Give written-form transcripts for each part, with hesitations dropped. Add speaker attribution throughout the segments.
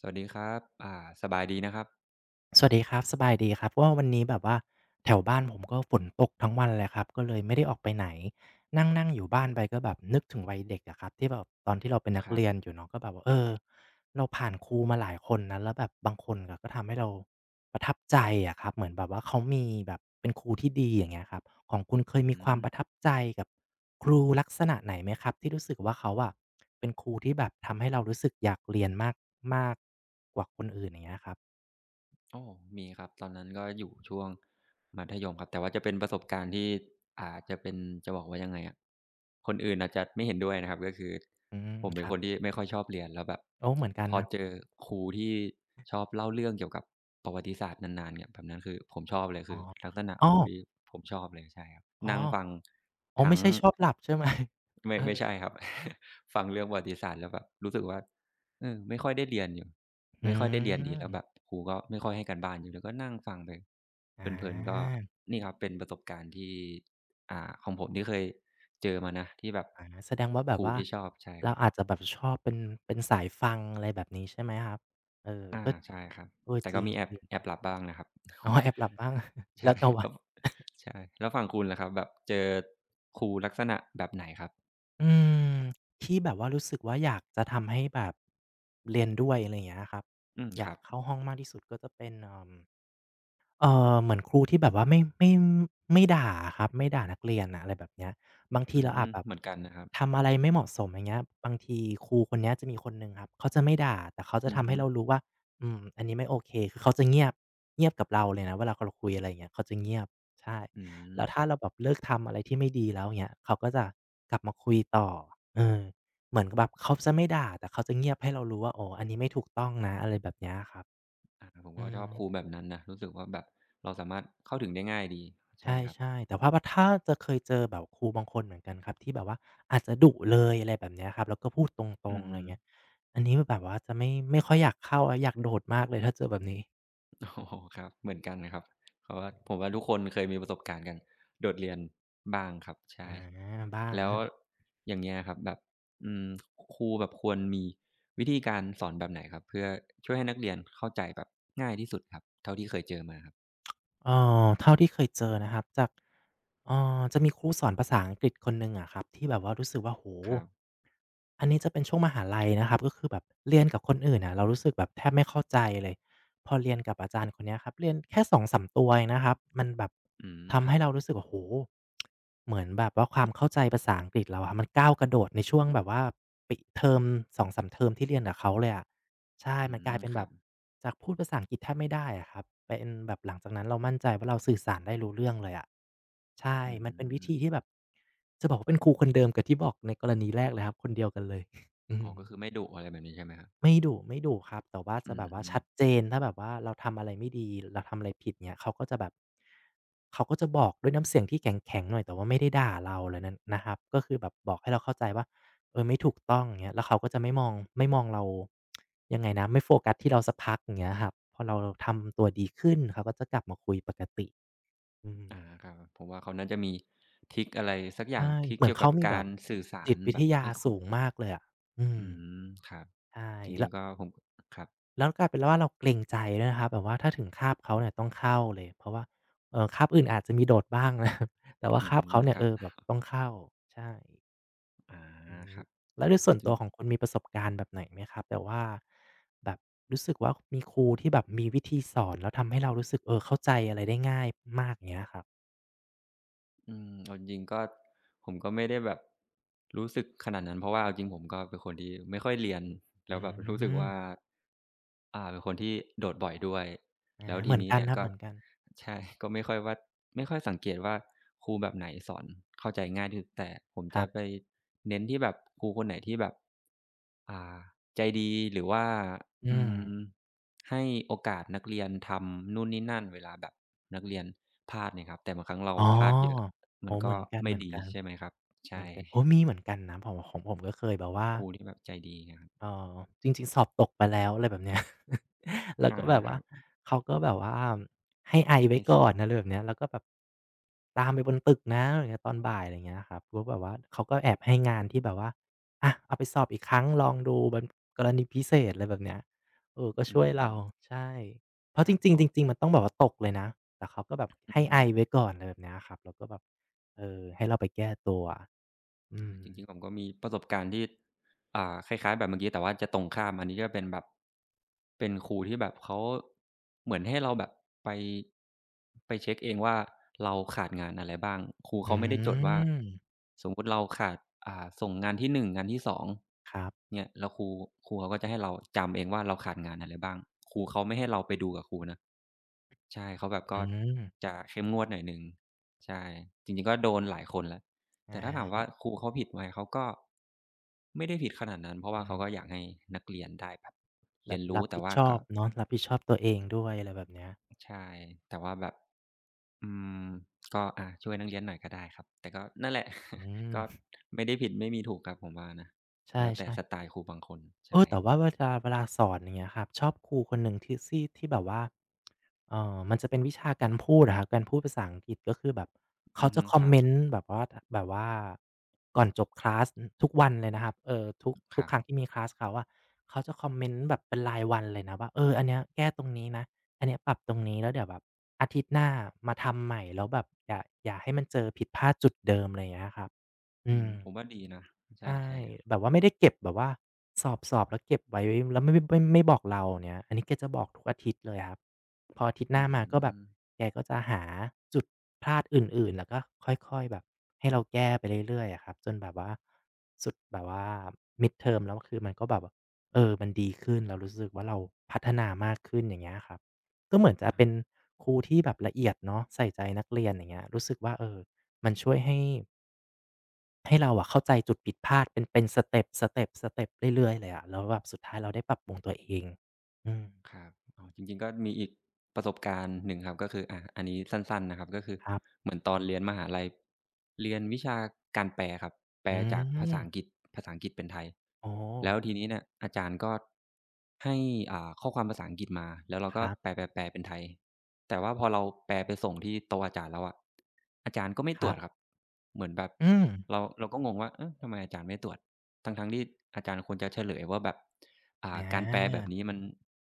Speaker 1: สวัสดีครับสบายดีนะครับ
Speaker 2: สวัสดีครับสบายดีครับว่าวันนี้แบบว่าแถวบ้านผมก็ฝนตกทั้งวันเลยครับก็เลยไม่ได้ออกไปไหนนั่งนั่งอยู่บ้านไปก็แบบนึกถึงวัยเด็กอะครับที่แบบตอนที่เราเป็นนั
Speaker 1: ค
Speaker 2: ก
Speaker 1: รับ
Speaker 2: เรียนอยู่เนาะก็แบบว่าเราผ่านครูมาหลายคนนะแล้วแบบบางคนก็ทำให้เราประทับใจอะครับเหมือนแบบว่าเขามีแบบเป็นครูที่ดีอย่างเงี้ยครับของคุณเคย
Speaker 1: อื
Speaker 2: มีความประ
Speaker 1: ม
Speaker 2: ทับใจกับครูลักษณะไหนไหมครับที่รู้สึกว่าเขาอะเป็นครูที่แบบทำให้เรารู้สึกอยากเรียนมากมากกว่าคนอื่นอย่างเงี้ยครับ
Speaker 1: โอ้มีครับตอนนั้นก็อยู่ช่วงมัธยมครับแต่ว่าจะเป็นประสบการณ์ที่จะเป็นจะบอกว่ายังไงอะคนอื่นอาจจะไม่เห็นด้วยนะครับก็คือ
Speaker 2: อืม
Speaker 1: ผม
Speaker 2: ค
Speaker 1: เป็น
Speaker 2: รั
Speaker 1: คน
Speaker 2: บ
Speaker 1: ที่ไม่ค่อยชอบเรียนแล้วแบบ
Speaker 2: โอ้เหมือนกัน
Speaker 1: พอ
Speaker 2: นะ
Speaker 1: เจอครูที่ชอบเล่าเรื่องเกี่ยวกับประวัติศาสตร์นานๆเนี่ยแบบนั้นคือผมชอบเลย
Speaker 2: อ๋
Speaker 1: คื
Speaker 2: อ
Speaker 1: อลักษณะ
Speaker 2: อ้อ
Speaker 1: ครูที่ผมชอบเลยใช่ครับ
Speaker 2: อ๋อ
Speaker 1: นั่งฟัง
Speaker 2: อ๋อ
Speaker 1: ทั้
Speaker 2: ไม่
Speaker 1: ง
Speaker 2: ใช่ชอบหลับใช่ไหม
Speaker 1: ไม่
Speaker 2: เออ
Speaker 1: ไม่ใช่ครับ ฟังเรื่องประวัติศาสตร์แล้วแบบรู้สึกว่าเออไม่ค่อยได้เรียนอยู่
Speaker 2: อื
Speaker 1: ไม่ค่อยได้เรียนดีแล้วแบบ
Speaker 2: ม
Speaker 1: ครูก็ไม่ค่อยให้การบ้านอยู่แล้วก็นั่งฟังไป
Speaker 2: อา
Speaker 1: เพลินๆก็นี่ครับเป็นประสบการณ์ที่ของผมที่เคยเจอมานะที่แบบ
Speaker 2: อาแสดงว่าแบ
Speaker 1: ค
Speaker 2: บ
Speaker 1: รู
Speaker 2: ว่า
Speaker 1: ที่ชอบใช่ค
Speaker 2: เรา
Speaker 1: รับ
Speaker 2: อาจจะแบบชอบเป็นสายฟังอะไรแบบนี้ใช่ไหมครับเออ
Speaker 1: อา
Speaker 2: ก็
Speaker 1: ใช่ครับ
Speaker 2: เออ
Speaker 1: แต่
Speaker 2: จ
Speaker 1: ก็
Speaker 2: ริง
Speaker 1: มีแอ
Speaker 2: จ
Speaker 1: บ
Speaker 2: ริง
Speaker 1: แอบหลับบ้างนะครับ
Speaker 2: อ๋อแอบหลับบ้าง แล้
Speaker 1: ใช่
Speaker 2: วแต่วั
Speaker 1: แล้
Speaker 2: น
Speaker 1: วใช่แล้วฝั่งคุณล่ะครับแบบเจอครูลักษณะแบบไหนครับ
Speaker 2: อืมที่แบบว่ารู้สึกว่าอยากจะทำให้แบบเรียนด้วยอะไรอย่างเงี้ยครับ
Speaker 1: อืม
Speaker 2: อ
Speaker 1: ค
Speaker 2: ยา
Speaker 1: รั
Speaker 2: ก
Speaker 1: บ
Speaker 2: เข้าห้องมากที่สุดก็จะเป็นเหมือนครูที่แบบว่าไม่ด่าอะครับไม่ด่านักเรียนน่ะอะไรแบบเนี้ยบาง
Speaker 1: อื
Speaker 2: ทีเรา
Speaker 1: ม
Speaker 2: อาจแบบ
Speaker 1: เหมือนกันนะครับ
Speaker 2: ทำอะไรไม่เหมาะสมอย่างเงี้ยบางทีครูคนเนี้ยจะมีคนหนึ่งครับเขาจะไม่ด่าแต่เขาจะ
Speaker 1: อืม
Speaker 2: ทำ
Speaker 1: ฮึ
Speaker 2: ให้เรารู้ว่าอืมอันนี้ไม่โอเคคือเขาจะเงียบกับเราเลยนะเวลาเราคุยอะไรอย่างเงี้ยเขาจะเงียบใช่
Speaker 1: อืม
Speaker 2: แล้ว
Speaker 1: ครั
Speaker 2: ถ้า
Speaker 1: บ
Speaker 2: เราแบบเลิกทำอะไรที่ไม่ดีแล้วอย่างเงี้ยเขาก็จะกลับมาคุยต่อเออเหมือนกับแบบเขาจะไม่ด่าแต่เขาจะเงียบให้เรารู้ว่าอ๋ออันนี้ไม่ถูกต้องนะอะไรแบบเนี้ยครับ
Speaker 1: อาผมก็
Speaker 2: อื
Speaker 1: ชอ
Speaker 2: ม
Speaker 1: บครูแบบนั้นนะรู้สึกว่าแบบเราสามารถเข้าถึงได้ง่ายดีใช่
Speaker 2: ใช่
Speaker 1: ครับ
Speaker 2: ใช่แต่ว่าถ้าจะเคยเจอแบบครูบางคนเหมือนกันครับที่แบบว่าอาจจะดุเลยอะไรแบบเนี้ยครับแล้วก็พูดตร
Speaker 1: อื
Speaker 2: ง
Speaker 1: อ
Speaker 2: ๆอะ
Speaker 1: ฮึ
Speaker 2: ไร เงี้ยอันนี้แบบว่าจะไม่ค่อยอยากเข้าอะอยากโดดมากเลยถ้าเจอแบบนี้
Speaker 1: โอโฮครับเหมือนกันนะครับเพราะ
Speaker 2: อื
Speaker 1: ว่าผม
Speaker 2: ม
Speaker 1: ว่าทุกคนเคยมีประสบการณ์กันโดดเรียนบ้างครับใช่
Speaker 2: อาบ้าง
Speaker 1: แล้ว
Speaker 2: ฮะ
Speaker 1: อย่างเงี้ยครับแบบอืมครูแบบควรมีวิธีการสอนแบบไหนครับเพื่อช่วยให้นักเรียนเข้าใจแบบง่ายที่สุดครับเท่าที่เคยเจอมาครับ
Speaker 2: เอ่เท่าที่เคยเจอนะครับจากจะมีครูสอนภาษาอังกฤษคนหนึ่งอะครับที่แบบว่ารู้สึกว่าโห
Speaker 1: ครับ
Speaker 2: อันนี้จะเป็นช่วงมหาลัยนะครับก็คือแบบเรียนกับคนอื่นน่ะเรารู้สึกแบบแทบไม่เข้าใจเลยพอเรียนกับอาจารย์คนเนี้ยครับเรียนแค่2-3ตัวเองนะครับมันแบบ
Speaker 1: อืมค
Speaker 2: ทำ
Speaker 1: รับ
Speaker 2: ให้เรารู้สึกโอ้โฮเหมือนแบบว่าความเข้าใจภาษาอังกฤษเราอะมันก้าวกระโดดในช่วงแบบว่าปิเทอม2-3เทอมที่เรียนกับเขาเลยอะ ใช่
Speaker 1: อื
Speaker 2: มันกลา
Speaker 1: ม
Speaker 2: ยเป็น
Speaker 1: ค
Speaker 2: แบ
Speaker 1: รับ
Speaker 2: บจากพูดภาษาอังกฤษแทบไม่ได้อะครับเป็นแบบหลังจากนั้นเรามั่นใจว่าเราสื่อสารได้รู้เรื่องเลยอะใช่
Speaker 1: อื
Speaker 2: มันเป็นวิ
Speaker 1: ม
Speaker 2: ธีที่แบบจะบอกว่าเป็นครูคนเดิมกับที่บอกในกรณีแรกเลยครับคนเดียวกันเลย อื
Speaker 1: อ๋อ
Speaker 2: ม
Speaker 1: ก็คือไม่ดุอะไรแบบนี้ใช่ไหมครับ
Speaker 2: ไม่ดุครับแต่ว่าจะ
Speaker 1: อื
Speaker 2: แบบว่า
Speaker 1: ม
Speaker 2: ชัดเจนถ้าแบบว่าเราทำอะไรไม่ดีเราทำอะไรผิดเนี่ยเขาก็จะแบบเขาก็จะบอกด้วยน้ำเสียงที่แข็งๆหน่อยแต่ว่าไม่ได้ด่าเราเลยนั้นนะครับก็คือแบบบอกให้เราเข้าใจว่าเออไม่ถูกต้องอย่างเงี้ยแล้วเขาก็จะไม่มองเรายังไงนะไม่โฟกัสที่เราสักพักอย่างเงี้ยครับพอเราทำตัวดีขึ้นเขาก็จะกลับมาคุยปกติอืม
Speaker 1: อ่าครับผมว่าเขาน่าจะมีทริกอะไรสักอย่าง
Speaker 2: ใช่
Speaker 1: ทริก
Speaker 2: เหมือน
Speaker 1: เกี่ยวกั
Speaker 2: เขา
Speaker 1: บ
Speaker 2: มีแบ
Speaker 1: การ
Speaker 2: บ
Speaker 1: สื่อสา
Speaker 2: จิ
Speaker 1: ร
Speaker 2: ตวิ
Speaker 1: แบ
Speaker 2: ท
Speaker 1: บ
Speaker 2: ยา
Speaker 1: ให้คน
Speaker 2: สูงมากเลยอะอืม
Speaker 1: อืมครับ
Speaker 2: ใช่
Speaker 1: จริ
Speaker 2: แล้
Speaker 1: ง
Speaker 2: ว
Speaker 1: ๆก็ผมครับ
Speaker 2: แล้วกลายเป็นว่าเราเกรงใจด้วยนะครับแบบว่าถ้าถึงคาบเขาเนี่ยต้องเข้าเลยเพราะว่าคาบอื่นอาจจะมีโดดบ้างนะ ครับแต่ว่า
Speaker 1: อื
Speaker 2: คาบ
Speaker 1: ม
Speaker 2: เขา
Speaker 1: ค
Speaker 2: เนี่ย
Speaker 1: รั
Speaker 2: เอ
Speaker 1: บ
Speaker 2: อแบบต้องเข้าใช่
Speaker 1: อา
Speaker 2: อื
Speaker 1: ค
Speaker 2: ม
Speaker 1: รับ
Speaker 2: แล้วโดยส่วน
Speaker 1: จริ
Speaker 2: ตั
Speaker 1: ง
Speaker 2: วของคุณมีประสบการณ์แบบไหนไหมครับแบบว่าแบบรู้สึกว่ามีครูที่แบบมีวิธีสอนแล้วทำให้เรารู้สึกเออเข้าใจอะไรได้ง่ายมากอย่างเงี้ยครับ
Speaker 1: อืมเอาจริงๆก็ผมก็ไม่ได้แบบรู้สึกขนาดนั้นเพราะว่าเอาจริงผมก็เป็นคนที่ไม่ค่อยเรียน
Speaker 2: อื
Speaker 1: แล้วแบบ รู้
Speaker 2: ม
Speaker 1: สึกว่าเป็นคนที่โดดบ่อยด้วย
Speaker 2: อา
Speaker 1: แล้ว
Speaker 2: เห
Speaker 1: ที
Speaker 2: มือน
Speaker 1: นี้
Speaker 2: กัน
Speaker 1: เนี่ย
Speaker 2: ครับ
Speaker 1: ก็
Speaker 2: เหมือนกัน
Speaker 1: ใช่ ก็ไม่ค่อยว่าไม่ค่อยสังเกตว่าครูแบบไหนสอนเข้าใจง่ายที่สุดแต่ผม
Speaker 2: ค
Speaker 1: จะ
Speaker 2: รั
Speaker 1: ไป
Speaker 2: บ
Speaker 1: เน้นที่แบบครูคนไหนที่แบบอ่าใจดีหรือว่า
Speaker 2: อื
Speaker 1: อื
Speaker 2: ม
Speaker 1: มให้โอกาสนักเรียนทำนู่นนี่นั่นเวลาแบบนักเรียนพลาดเนี่ยครับแต่บางครั้งเรา
Speaker 2: อ๋
Speaker 1: พลาดเยอะ
Speaker 2: อ
Speaker 1: มัน
Speaker 2: โอ้เห
Speaker 1: ก็
Speaker 2: มือนกันๆ
Speaker 1: ไม่
Speaker 2: เหมือน
Speaker 1: ดี
Speaker 2: กั
Speaker 1: ใช่ไหมครับใช่
Speaker 2: นโอ้มีเหมือนกันนะของผมก็เคยแบบว่า
Speaker 1: ครูที่แบบใจดีนะครับ
Speaker 2: อ๋อจริงๆสอบตกไปแล้วอะไรแบบเนี้ย แล้ว
Speaker 1: อะ
Speaker 2: ก็
Speaker 1: ฮะ
Speaker 2: แบบ
Speaker 1: ครั
Speaker 2: ว่า
Speaker 1: บ
Speaker 2: เขาก็แบบว่าให้ไอไว้
Speaker 1: ให้ส
Speaker 2: ก่อนนะอะไรแบบเนี้ยแล้วก็แบบตามไปบนตึกนะอะไร่เงี้ยตอนบ่ายอะไรยเงี้ยครับก็แบบว่าเขาก็แอบให้งานที่แบบว่าอะเอาไปสอบอีกครั้งลองดูเป็นกรณีพิเศษอะไรแบบเนี้ยเออก็
Speaker 1: อื
Speaker 2: ช่วย
Speaker 1: ม
Speaker 2: เราใช่เพราะ
Speaker 1: ค
Speaker 2: จ
Speaker 1: รับ
Speaker 2: ริง
Speaker 1: อ๋อ
Speaker 2: ๆจริงๆมันต้องแบบว่าตกเลยนะแต่เขาก็แบบ
Speaker 1: อื
Speaker 2: ให้
Speaker 1: อฮึ
Speaker 2: ไอไว้ก่อนอะไรแบบเนี้ยครับแล้วก็แบบเออให้เราไปแก้ตัวอื
Speaker 1: อา
Speaker 2: ม
Speaker 1: จริงๆผมก็มีประสบการณ์ที่คล้ายๆแบบเมื่อกี้แต่ว่าจะตรงข้ามอันนี้ก็เป็นแบบเป็นครูที่แบบเขาเหมือนให้เราแบบไปไปเช็กเองว่าเราขาดงานอะไรบ้างครู
Speaker 2: อื
Speaker 1: เขาไม่ได้จดว่า
Speaker 2: ม
Speaker 1: สมมุติเราขาดส่งงานที่หนึ่งงานที่สอง
Speaker 2: ครับ
Speaker 1: เนี่ยแล้วครูเขาก็จะให้เราจำเองว่าเราขาดงานอะไรบ้างครูเขาไม่ให้เราไปดูกับครูนะใช่เขาแบบก็
Speaker 2: อืม
Speaker 1: จะเข้มงวดหน่อยหนึ่งใช่จริงๆก็โดนหลายคนแล้ว แต่ถ้าถาม
Speaker 2: อา
Speaker 1: ว่าครูเขาผิดไหมเขาก็ไม่ได้ผิดขนาดนั้นเพราะว่า
Speaker 2: อื
Speaker 1: เขา
Speaker 2: ม
Speaker 1: ก็อยากให้นักเรียนได้แบบ
Speaker 2: แบ
Speaker 1: เรีย
Speaker 2: บ
Speaker 1: นรู้
Speaker 2: รับ
Speaker 1: แต่
Speaker 2: ผิด
Speaker 1: ว่า
Speaker 2: ชอ
Speaker 1: ก็
Speaker 2: บเนาะรับผิดชอบตัวเองด้วยอะไรแบบเนี้ย
Speaker 1: ใช่แต่ว่าแบบอืมก็อาช่วยนักเรียนหน่อยก็ได้ครับแต่ก็นั่นแหละ
Speaker 2: อื
Speaker 1: ก็
Speaker 2: ม
Speaker 1: ไม่ได้ผิดไม่มีถูกครับผมว่านะ
Speaker 2: ใช
Speaker 1: แล้วแต่
Speaker 2: ่
Speaker 1: สไต
Speaker 2: ๆ
Speaker 1: ล์ครูบางคน
Speaker 2: เอ
Speaker 1: ใช่
Speaker 2: อแต่ว่าเวลาสอนอย่างเงี้ยครับชอบครูคนหนึ่งที่ซี่ที่แบบว่ามันจะเป็นวิชาการพูดอะครับการพูดภาษาอังกฤษก็คือแบบ
Speaker 1: อื
Speaker 2: เขา
Speaker 1: อ
Speaker 2: จะ
Speaker 1: ฮึ
Speaker 2: คอ
Speaker 1: ค
Speaker 2: ม
Speaker 1: รับ
Speaker 2: เมนต์แบบว่าทแบบว่าก่อนจบคลาสอทุกวันเลยนะครับทุก
Speaker 1: ค
Speaker 2: ทุ
Speaker 1: รั
Speaker 2: กครั้ง
Speaker 1: บ
Speaker 2: ที่มีคลาสเขาอะเขาจะคอมเมนต์แบบเป็นรายวันเลยนะว่าเอออันเนี้ยแก้ตรงนี้นะอันเนี้ยปรับตรงนี้แล้วเดี๋ยวแบบอาทิตย์หน้ามาทำใหม่แล้วแบบอย่าให้มันเจอผิดพลาดจุดเดิมอะไรอย่างเงี้ยครับอื
Speaker 1: อืม
Speaker 2: ม
Speaker 1: ผมว่าดีนะใช
Speaker 2: ใช่
Speaker 1: ่
Speaker 2: แบ
Speaker 1: ๆ
Speaker 2: บว่าไม่ได้เก็บแบบว่าสอบแล้วเก็บไว้แล้วไม่บอกเราอย่างเงี้ยอันนี้แกจะบอกทุกอาทิตย์เลยครับพออาทิตย์ห
Speaker 1: อื
Speaker 2: น้ามาก็แบบ
Speaker 1: ม
Speaker 2: แกก็จะหาจุดพลาดอื่นๆแล้วก็ค่อยๆแบบให้เราแก้ไปเรื่อยๆอะครับจนแบบว่าสุดแบบว่า midterm แล้วคือมันก็แบบเออมันดีขึ้นเรารู้สึกว่าเราพัฒนามากขึ้นอย่างเงี้ยครับก็เหมือนจะเป็นครูที่แบบละเอียดเนาะใส่ใจนักเรียนอย่างเงี้ยรู้สึกว่าเออมันช่วยให้ ให้เราอะเข้าใจจุดผิดพลาดเป็นสเต็ปเรื่อยๆเลยอะแล้วแบบสุดท้ายเราได้ปรับปรุงตัวเองอืม
Speaker 1: ครับอ๋อจริงๆก็มีอีกประสบการณ์หนึ่งครับก็คืออาอันนี้สั้นๆนะครับก็คือ
Speaker 2: ครับ
Speaker 1: เหมือนตอนเรียนมหาลัยเรียนวิชาการแปลครับแปล
Speaker 2: อื
Speaker 1: จากภาษาอังกฤษ
Speaker 2: ม
Speaker 1: ภาษาอังกฤษเป็นไทย
Speaker 2: อ๋อ
Speaker 1: แล้วทีนี้เนี่ยอาจารย์ก็ให้ข้อความภาษาอังกฤษมาแล้วเรา
Speaker 2: ค
Speaker 1: ก็แป
Speaker 2: ร
Speaker 1: ลๆแปลเป็นไทยแต่ว่าพอเราแปลไปส่งที่โต๊ะอาจารย์แล้วอะอาจารย์ก็ไม่ตร
Speaker 2: ั
Speaker 1: วจ
Speaker 2: บๆ
Speaker 1: ครับเหมือนแบบ
Speaker 2: อืม
Speaker 1: เราก็งงว่าเอ๊ะทำไมอาจารย์ไม่ตรวจทั้งๆที่อาจารย์ควรจะเฉลยว่าแบบ
Speaker 2: อ
Speaker 1: การแปลแบบนี้
Speaker 2: า
Speaker 1: มัน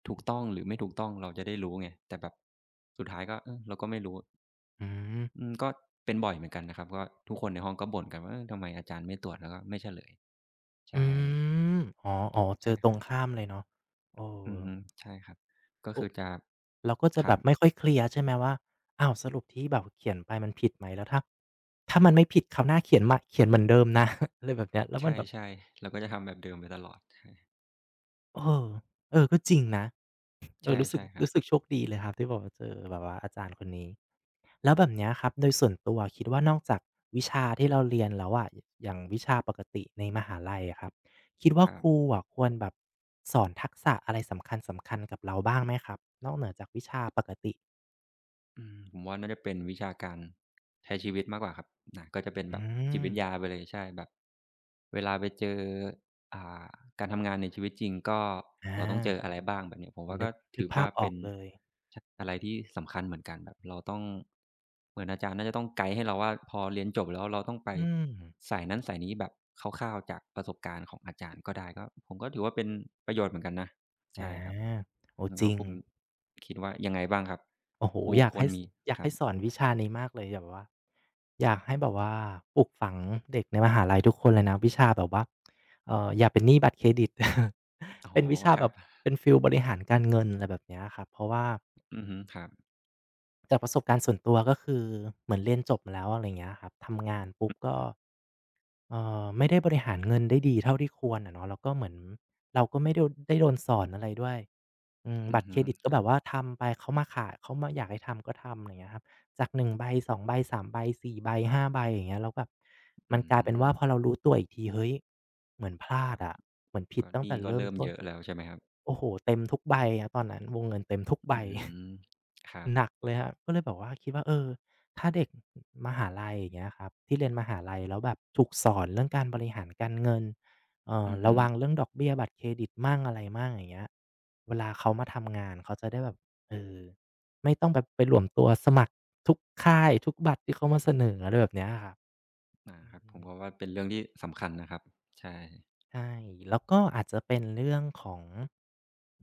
Speaker 1: ถูกต้องหรือไม่ถูกต้องเราจะได้รู้ไงแต่แบบสุดท้ายก็เออเราก็ไม่รู้
Speaker 2: อืม
Speaker 1: อืมก็เป็นบ่อยเหมือนกันนะครับก็ทุกคนในห้องก็บ่นกันว่าเออทำไมอาจารย์ไม่ตรวจแล้วก็ไม่เฉลย
Speaker 2: อื
Speaker 1: ใช่
Speaker 2: มอ๋ออ๋อเจ
Speaker 1: ใช่
Speaker 2: อต
Speaker 1: ค
Speaker 2: ร
Speaker 1: รั
Speaker 2: ง
Speaker 1: บ
Speaker 2: ข้ามเลยเนาะเออ
Speaker 1: อือฮึใช่ครับก็
Speaker 2: โอ้
Speaker 1: คือจะ
Speaker 2: เราก็จะ
Speaker 1: ครั
Speaker 2: แบ
Speaker 1: บ
Speaker 2: บไม่ค่อยเคลียร์ใช่ไหมว่าอ้าวสรุปที่แบบเขียนไปมันผิดไหมแล้วถ้ามันไม่ผิดคราวหน้าเขียนใหม่เขียนเหมือนเดิมนะ อะไรแบบเนี้ยแล้ว
Speaker 1: ใช
Speaker 2: มันแบบ
Speaker 1: ่ๆเราก็จะทำแบบเดิมไปตลอดใช
Speaker 2: เออเออก็จริงนะ เออ
Speaker 1: ่
Speaker 2: รู้สึก
Speaker 1: ใช่ๆครับ
Speaker 2: รู้สึกโชคดีเลยครับที่แบบว่าเจอแบบว่าอาจารย์คนนี้แล้วแบบเนี้ยครับโดยส่วนตัวคิดว่านอกจากวิชาที่เราเรียนแล้วอะอย่างวิชาปกติในมหาลัยอะครับคิดว่า
Speaker 1: ครั
Speaker 2: ครู
Speaker 1: บ
Speaker 2: อะควรแบบสอนทักษะอะไรสำคัญๆกับเราบ้างไหมครับนอกเหนือจากวิชาปกติ
Speaker 1: ผมว่าน่าจะเป็นวิชาการใช้ชีวิตมากกว่าครับนัก็จะเป็นแบ
Speaker 2: อื
Speaker 1: บจิต
Speaker 2: ม
Speaker 1: วิทยาไปเลยใช่แบบเวลาไปเจออ่าการทำงานในชีวิตจริงก็
Speaker 2: อา
Speaker 1: เราต้องเจออะไรบ้างแบบเนี้ยผม
Speaker 2: โอ้
Speaker 1: ว่า
Speaker 2: นึ
Speaker 1: ก็
Speaker 2: กนึ
Speaker 1: ถื
Speaker 2: ก
Speaker 1: อ
Speaker 2: ภา
Speaker 1: ว่า
Speaker 2: พอ
Speaker 1: เป็
Speaker 2: อ
Speaker 1: น
Speaker 2: กเลย
Speaker 1: ชอะไรที่สำคัญเหมือนกันแบบเราต้องเหมือนอาจารย์น่าจะต้องไกด์ให้เราว่าพอเรียนจบแล้วเราต้องไป
Speaker 2: อืม
Speaker 1: สายนั้นสายนี้แบบคร่าวๆจากประสบการณ์ของอาจารย์ก็ได้ก็ผมก็ถือว่าเป็นประโยชน์เหมือนกันนะ
Speaker 2: อา
Speaker 1: ใช่ครับ
Speaker 2: โอ้จ
Speaker 1: แล้ว
Speaker 2: ริง
Speaker 1: คุณคิดว่ายังไงบ้างครับ
Speaker 2: โอ้โฮ
Speaker 1: ครูควรมี
Speaker 2: อยา
Speaker 1: ค
Speaker 2: ก
Speaker 1: รับ
Speaker 2: ให้สอนวิชานี้มากเลยแบบว่าอยากให้แบบว่าปลูกฝังเด็กในมหาลัยทุกคนเลยนะวิชาแบบว่าอย่าเป็นหนี้บัตรเครดิต
Speaker 1: อ๋อ
Speaker 2: เป็นวิชา
Speaker 1: ครั
Speaker 2: แบ
Speaker 1: บ
Speaker 2: บเป็นฟีลบริหารการเงินอะไรแบบเนี้ยครับเพราะว่า
Speaker 1: อือฮึครับ
Speaker 2: จากประสบการณ์ส่วนตัวก็คือเหมือนเรียนจบมาแล้วอะไรอย่างเงี้ยครับทำงานปุ๊บก็
Speaker 1: อือ
Speaker 2: ไม่ได้บริหารเงินได้ดีเท่าที่ควรอะเนาะแล้วก็เหมือนเราก็ไม่ไดได้โดนสอนอะไรด้วยอืม
Speaker 1: อื
Speaker 2: บั
Speaker 1: อ
Speaker 2: ตรเค
Speaker 1: ฮึ
Speaker 2: รดิตก็
Speaker 1: ครั
Speaker 2: แบ
Speaker 1: บ
Speaker 2: บว่าทำไปเขามาขายเขามาอยากให้ทำก็ทำอะไรอย่างเงี้ยครับจากหนึ่งใบสองใบ3ใบ4ใบ5ใบอย่างเงี้ยแล้วแบบมั
Speaker 1: อื
Speaker 2: นกลายเป็น
Speaker 1: ม
Speaker 2: ว่าพอเรารู้ตัวอีกทีเฮ้ยเหมือนพลา
Speaker 1: ก็
Speaker 2: ดอะเหมือนผิด
Speaker 1: ก็ห
Speaker 2: ตั้ง
Speaker 1: นี้
Speaker 2: แต่
Speaker 1: ก็
Speaker 2: เริ่ม
Speaker 1: เริ่ม
Speaker 2: ต้
Speaker 1: เย
Speaker 2: น
Speaker 1: อะแล้วใช่ไหมครับ
Speaker 2: โอ้โฮเต็มทุกใบครับตอนนั้นวงเงินเต็มทุกใบ
Speaker 1: อืมครับ
Speaker 2: หนักเลยครับก็เลยแบบว่าคิดว่าเออ ถ้าเด็กมหาลัยอย่างเงี้ยครับที่เรียนมหาลัยแล้วแบบถูกสอนเรื่องการบริหารการเงิน
Speaker 1: อือฮึ
Speaker 2: ระวังเรื่องดอกเบี้ยบัตรเครดิตมั่งอะไรมั่งอย่างเงี้ยเวลาเขามาทำงานเขาจะได้แบบเออไม่ต้องแบบไปรวมตัวสมัครทุกค่ายทุกบัตรที่เขามาเสนออะไรแบบเนี้ยครับ
Speaker 1: อา
Speaker 2: อื
Speaker 1: ครับผม
Speaker 2: ม
Speaker 1: ก็ว่าเป็นเรื่องที่สำคัญนะครับใช่
Speaker 2: ใช่แล้วก็อาจจะเป็นเรื่องของ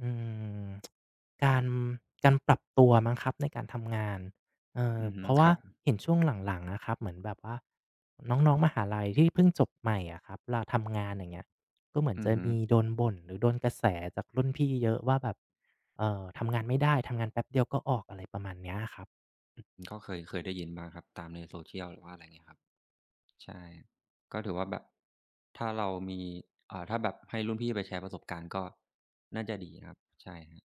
Speaker 2: อืมการการปรับตัวมั้งครับในการทำงาน
Speaker 1: อือฮึ
Speaker 2: เพราะ
Speaker 1: ค
Speaker 2: ว่า
Speaker 1: รับ
Speaker 2: เห็นช่วงหลังๆอะครับเหมือนแบบว่าน้องๆมหาลัยที่เพิ่งจบใหม่อะครับเวลาทำงานอย่างเงี้ยก็เหมือน
Speaker 1: อือ
Speaker 2: จะ
Speaker 1: ฮึ
Speaker 2: มีโดนบ่นหรือโดนกระแสจากรุ่นพี่เยอะว่าแบบทำงานไม่ได้ทำงานแป๊บเดียวก็ออกอะไรประมาณเนี้ยครับ
Speaker 1: ก็เคยได้ยินมาครับตามใน social หรือว่าอะไรเงี้ยครับใช่ก็ถือว่าแบบถ้าเรามีถ้าแบบให้รุ่นพี่ไปแชร์ประสบการณ์ก็น่าจะดีนะครับใช่ครับ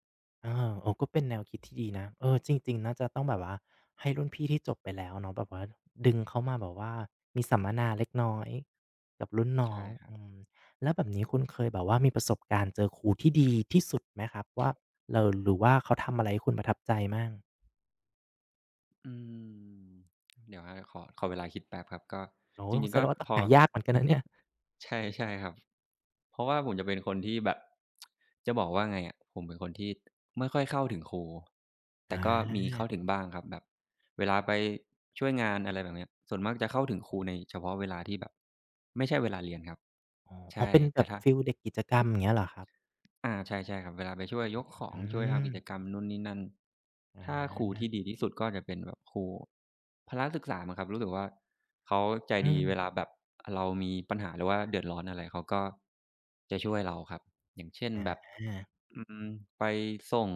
Speaker 2: อาเออก็เป็นแนวคิดที่ดีนะเออจริงๆน่าจะต้องแบบว่าให้รุ่นพี่ที่จบไปแล้วเนาะแบบว่าดึงเขามาแบบว่ามีสัมมนาเล็กน้อยกับรุ่นน้อ
Speaker 1: ใช่
Speaker 2: ง
Speaker 1: ครับ
Speaker 2: อืมแล้วแบบนี้คุณเคยแบบว่ามีประสบการณ์เจอครูที่ดีที่สุดไหมครับว่าเราหรือว่าเขาทำอะไรให้คุณประทับใจมั่ง
Speaker 1: อืมเดี๋ยวครับขอเวลาคิดแป๊บครับก็
Speaker 2: โอ้
Speaker 1: จ
Speaker 2: โฮ
Speaker 1: ริง
Speaker 2: แส
Speaker 1: ๆ
Speaker 2: ด
Speaker 1: ก็
Speaker 2: งว่าต้อ
Speaker 1: พ
Speaker 2: ง
Speaker 1: อ
Speaker 2: หายากเหมือนกันนะเนี่ย
Speaker 1: ใช่ครับเพราะว่าผมจะเป็นคนที่แบบจะบอกว่าไงอะผมเป็นคนที่ไม่ค่อยเข้าถึงครูแต่ก็มี
Speaker 2: อา
Speaker 1: เข้าถึงบ้างครับแบบเวลาไปช่วยงานอะไรแบบเนี้ยส่วนมากจะเข้าถึงครูในเฉพาะเวลาที่แบบไม่ใช่เวลาเรียนครับ
Speaker 2: อ๋ออ๋อ
Speaker 1: ใช่
Speaker 2: เป็นแบ
Speaker 1: แต่
Speaker 2: บ
Speaker 1: ถ้า
Speaker 2: ฟีลเด็กกิจกรรมอย่างเงี้ยเหรอครับ
Speaker 1: อาใช่ครับเวลาไปช่วยยกของ
Speaker 2: อื
Speaker 1: ช่วยทำ
Speaker 2: ม
Speaker 1: กิจกรรมนู่นนี่นั่น
Speaker 2: อ
Speaker 1: ถ้าครูที่
Speaker 2: า
Speaker 1: ดีที่สุดก็จะเป็นแบบครูพละศึกษามั้งครับรู้สึกว่าเขาใจ
Speaker 2: อื
Speaker 1: ดีเวลา
Speaker 2: ม
Speaker 1: แบบเรามีปัญหาหรือว่าเดือดร้อนอะไรเขาก็จะช่วยเราครับอย่างเช่น
Speaker 2: อ
Speaker 1: แบบ
Speaker 2: า
Speaker 1: อืมไปส่ง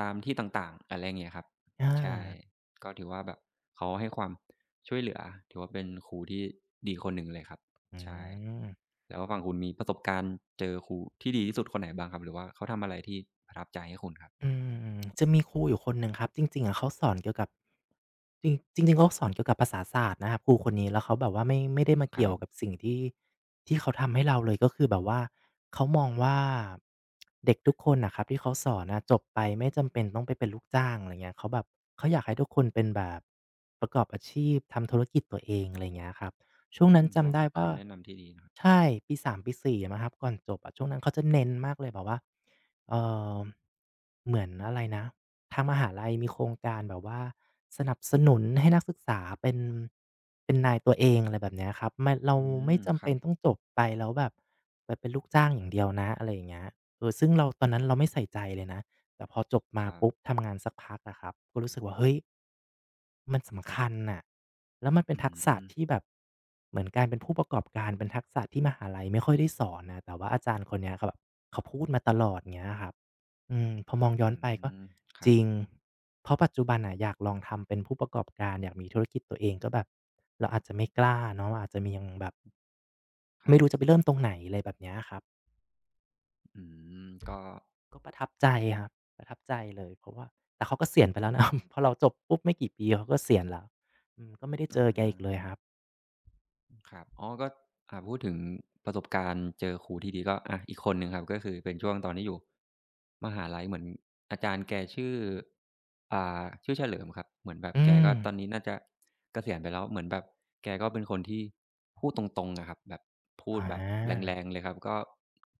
Speaker 1: ตามที่ต่างๆอะไรอย่างเงี้ยครับ
Speaker 2: อ
Speaker 1: ใช่
Speaker 2: า
Speaker 1: ก็ถือว่าแบบเขาให้ความช่วยเหลือถือว่าเป็นครูที่ดีคนหนึ่งเลยครับ
Speaker 2: อื
Speaker 1: ใช่
Speaker 2: ม
Speaker 1: แล้วฝั่งคุณมีประสบการณ์เจอครูที่ดีที่สุดคนไหนบ้างครับหรือว่าเขาทำอะไรที่ประทับใจให้คุณครับ
Speaker 2: อืมจะมีครูอยู่คนหนึ่งครับจริงๆอะเขาสอนเกี่ยวกับจริงจริงๆเขาสอนเกี่ยวกับภาษาศาสตร์นะครับครูคนนี้แล้วเขาแบบว่าไม่ได้มา
Speaker 1: ค
Speaker 2: เกี่
Speaker 1: รั
Speaker 2: ยวกับ
Speaker 1: บ
Speaker 2: สิ่งที่ที่เขาทำให้เราเลยก็คือแบบว่าเขามองว่าเด็กทุกคนน่ะครับที่เขาสอนน่ะจบไปไม่จำเป็นต้องไปเป็นลูกจ้างอะไรเงี้ยเขาแบบเขาอยากให้ทุกคนเป็นแบบประกอบอาชีพทำธุรกิจตัวเองอะไรเงี้ยครับช่วง
Speaker 1: อื
Speaker 2: นั้
Speaker 1: ม
Speaker 2: น
Speaker 1: ถือว่า
Speaker 2: จำได้ว่า
Speaker 1: คำแนะนำที่ดีนะครับ
Speaker 2: ใช่ปีสามปี4มั้งครับก่อนจบอะช่วงนั้นเขาจะเน้นมากเลยแบบว่า เอ่อเหมือนอะไรนะทางมหาลัยมีโครงการแบบว่าสนับสนุนให้นักศึกษาเป็นนายตัวเองอะไรแบบเนี้ยครับมันเรา
Speaker 1: อืม
Speaker 2: ไม่
Speaker 1: ค
Speaker 2: จำ
Speaker 1: รั
Speaker 2: เป็น
Speaker 1: บ
Speaker 2: ต้องจบไปแล้วแบบไปเป็นลูกจ้างอย่างเดียวนะอะไรอย่างเงี้ยเออซึ่งเราตอนนั้นเราไม่ใส่ใจเลยนะแต่พอจบ
Speaker 1: ค
Speaker 2: มา
Speaker 1: รับ
Speaker 2: ปุ๊บทำงานสักพักอะครับก็รู้สึกว่าเฮ้ยมัน
Speaker 1: กั
Speaker 2: สำ
Speaker 1: บ
Speaker 2: คัญน่ะแล้วมันเป็น
Speaker 1: อื
Speaker 2: ทักษะ
Speaker 1: ม
Speaker 2: ที่แบบเหมือนการเป็นผู้ประกอบการเป็นทักษะที่มหาลัยไม่ค่อยได้สอนนะแต่ว่าอาจารย์คนเนี้ยครับ เขาพูดมาตลอดเงี้ยครับอืมพอมอง
Speaker 1: อื
Speaker 2: ย้อนไปก็
Speaker 1: มครั
Speaker 2: จ
Speaker 1: บ
Speaker 2: ริงเพราะปัจจุบันน่ะอยากลองทำเป็นผู้ประกอบการอยากมีธุรกิจตัวเองก็แบบเราอาจจะไม่กล้าเนาะอาจจะมียังแบบ
Speaker 1: ค
Speaker 2: ไม่
Speaker 1: รับ
Speaker 2: รู้จะไปเริ่มตรงไหนอะไรแบบเนี้ยครับ
Speaker 1: อืมก็
Speaker 2: ก็ประทับใจครับประทับใจเลยเพราะว่าแต่เขาก็เสียณไปแล้วนะ พอเราจบปุ๊บไม่กี่ปีเขาก็เสียณแล้วอืมก็ไม่ได้
Speaker 1: อ
Speaker 2: เจอแกอีกเลย
Speaker 1: า
Speaker 2: ครับ
Speaker 1: ครับอ๋อก็พูดถึงประสบการณ์เจอครูที่ดีก็อาอีกคนหนึ่งครับก็คือเป็นช่วงตอนที่อยู่มหาลัยเหมือนอาจารย์แกชื่อชื่อเฉลิมครับเหมือนแบบ
Speaker 2: อื
Speaker 1: แก
Speaker 2: ม
Speaker 1: ก็ตอนนี้น่าจะเกษียณไปแล้วเหมือนแบบแกก็เป็นคนที่พูดตรงๆอะครับแบบพูด
Speaker 2: อา
Speaker 1: แบบแรงๆเลยครับก็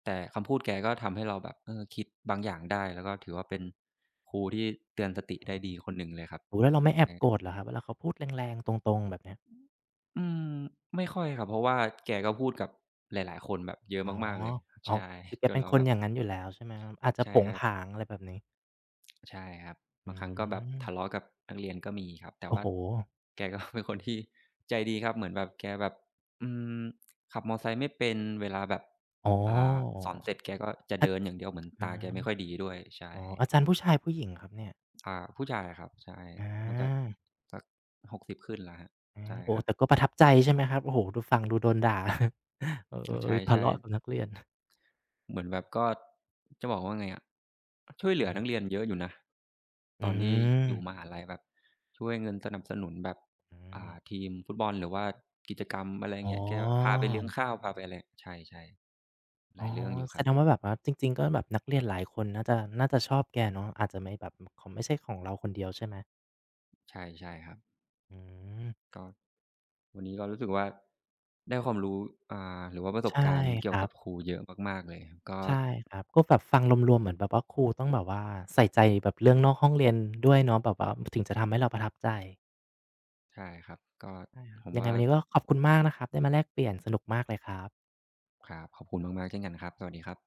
Speaker 1: แต่คำพูดแกก็ทำให้เราแบบเออคิดบางอย่างได้แล้วก็ถือว่าเป็นครูที่เตือนสติ
Speaker 2: อือ
Speaker 1: ได้
Speaker 2: ฮึ
Speaker 1: ดีคนหนึ่งเลยครับ
Speaker 2: โอ้โฮแล้วเราไม่แอบโกรธ
Speaker 1: ใช่
Speaker 2: เหรอครับเวลาเขาพูดแรงๆตรงๆแบบเนี้ย
Speaker 1: อืมไม่ค่อยครับเพราะว่าแกก็พูดกับหลายๆคนแบบเยอะ
Speaker 2: อ๋อ
Speaker 1: มากๆเลย
Speaker 2: อ๋อ
Speaker 1: ใช่
Speaker 2: คือแก
Speaker 1: จน
Speaker 2: เป็น
Speaker 1: เรา
Speaker 2: ค
Speaker 1: แบ
Speaker 2: น
Speaker 1: บ
Speaker 2: อย่างงั้นอยู่แล้วใช่ไหมครับอาจจะ
Speaker 1: ใช่
Speaker 2: ผง
Speaker 1: ครั
Speaker 2: ผา
Speaker 1: บ
Speaker 2: งอะไรแบบนี้
Speaker 1: ใช่ครับ
Speaker 2: อื
Speaker 1: บางครั้งก็แบบ
Speaker 2: ม
Speaker 1: ทะเลาะกับนักเรียนก็มีครับแต่
Speaker 2: โอ้
Speaker 1: ว่า
Speaker 2: โฮ
Speaker 1: แกก็เป็นคนที่ใจดีครับเหมือนแบบแกแบบอืมขับมอไซค์ไม่เป็นเวลาแบบ
Speaker 2: อ๋อ
Speaker 1: อ่าสอนเสร็จแกก็จะ
Speaker 2: อา
Speaker 1: เดินอย่างเดียวเหมือน
Speaker 2: อ
Speaker 1: ตาแกไม่ค่อ
Speaker 2: า
Speaker 1: ยดีด้วยใช่
Speaker 2: อ๋ออาจารย์ผู้ชายผู้หญิงครับเนี่ย
Speaker 1: ผู้ชายอะครับใช่น่าจะ
Speaker 2: อา
Speaker 1: สัก60ขึ้นแล้วครับ
Speaker 2: อา
Speaker 1: ใช่
Speaker 2: โอ้
Speaker 1: ครับ
Speaker 2: แต่ก็ประทับใจใช่ไหมครับโอ้โฮดูฟังดูโดนด่า เออทะ
Speaker 1: ใช่
Speaker 2: เลาะ
Speaker 1: ๆ
Speaker 2: กับนักเรียน
Speaker 1: เหมือนแบบก็จะบอกว่าไงอะช่วยเห
Speaker 2: อื
Speaker 1: ลือ
Speaker 2: ม
Speaker 1: นักเรียนเยอะอยู่นะต
Speaker 2: อื
Speaker 1: อนที่อ
Speaker 2: ม
Speaker 1: ยู่มหาลัยแบบช่วยเงินสนับสนุนแบบ
Speaker 2: อืม
Speaker 1: ทีมฟุตบอลหรือว่ากิจกรรมอะไรอย่าง
Speaker 2: อ๋อ
Speaker 1: เงี้ยแกพาไปเลี้ยงข้าวพาไปอะไรใช่ๆหลา
Speaker 2: อ๋อ
Speaker 1: ยเรื่องอยู่ค
Speaker 2: แส
Speaker 1: รับ
Speaker 2: ดงว่าแบบว่าจริงๆก็แบบนักเรียนหลายคนน่าจะน่าจะชอบแกเนาะอาจจะไม่แบบของไม่ใช่ของเราคนเดียวใช่ไหม
Speaker 1: ใช่ๆครับ
Speaker 2: อืม
Speaker 1: ก็วันนี้ก็รู้สึกว่าได้ความรู้หรือว่าประสบ
Speaker 2: ใช่
Speaker 1: การณ์
Speaker 2: ค
Speaker 1: เกี่ยว
Speaker 2: รั
Speaker 1: กับค
Speaker 2: บ
Speaker 1: รูเยอะมากๆเลยก็
Speaker 2: ใช่ครับก็แบบฟังรวมๆเหมือนแบบว่าครูต้องแบบว่าใส่ใจแบบเรื่องนอกห้องเรียนด้วยเนาะแบบว่าถึงจะทำให้เราประทับใจ
Speaker 1: ใช่ครับก็
Speaker 2: ใช่ครับ
Speaker 1: ผม
Speaker 2: ยังไง
Speaker 1: ว่า
Speaker 2: วันนี้ก็ขอบคุณมากนะครับได้มาแลกเปลี่ยนสนุกมากเลยครับ
Speaker 1: ครับขอบคุณมากๆเช่นกันครับสวัสดีครับ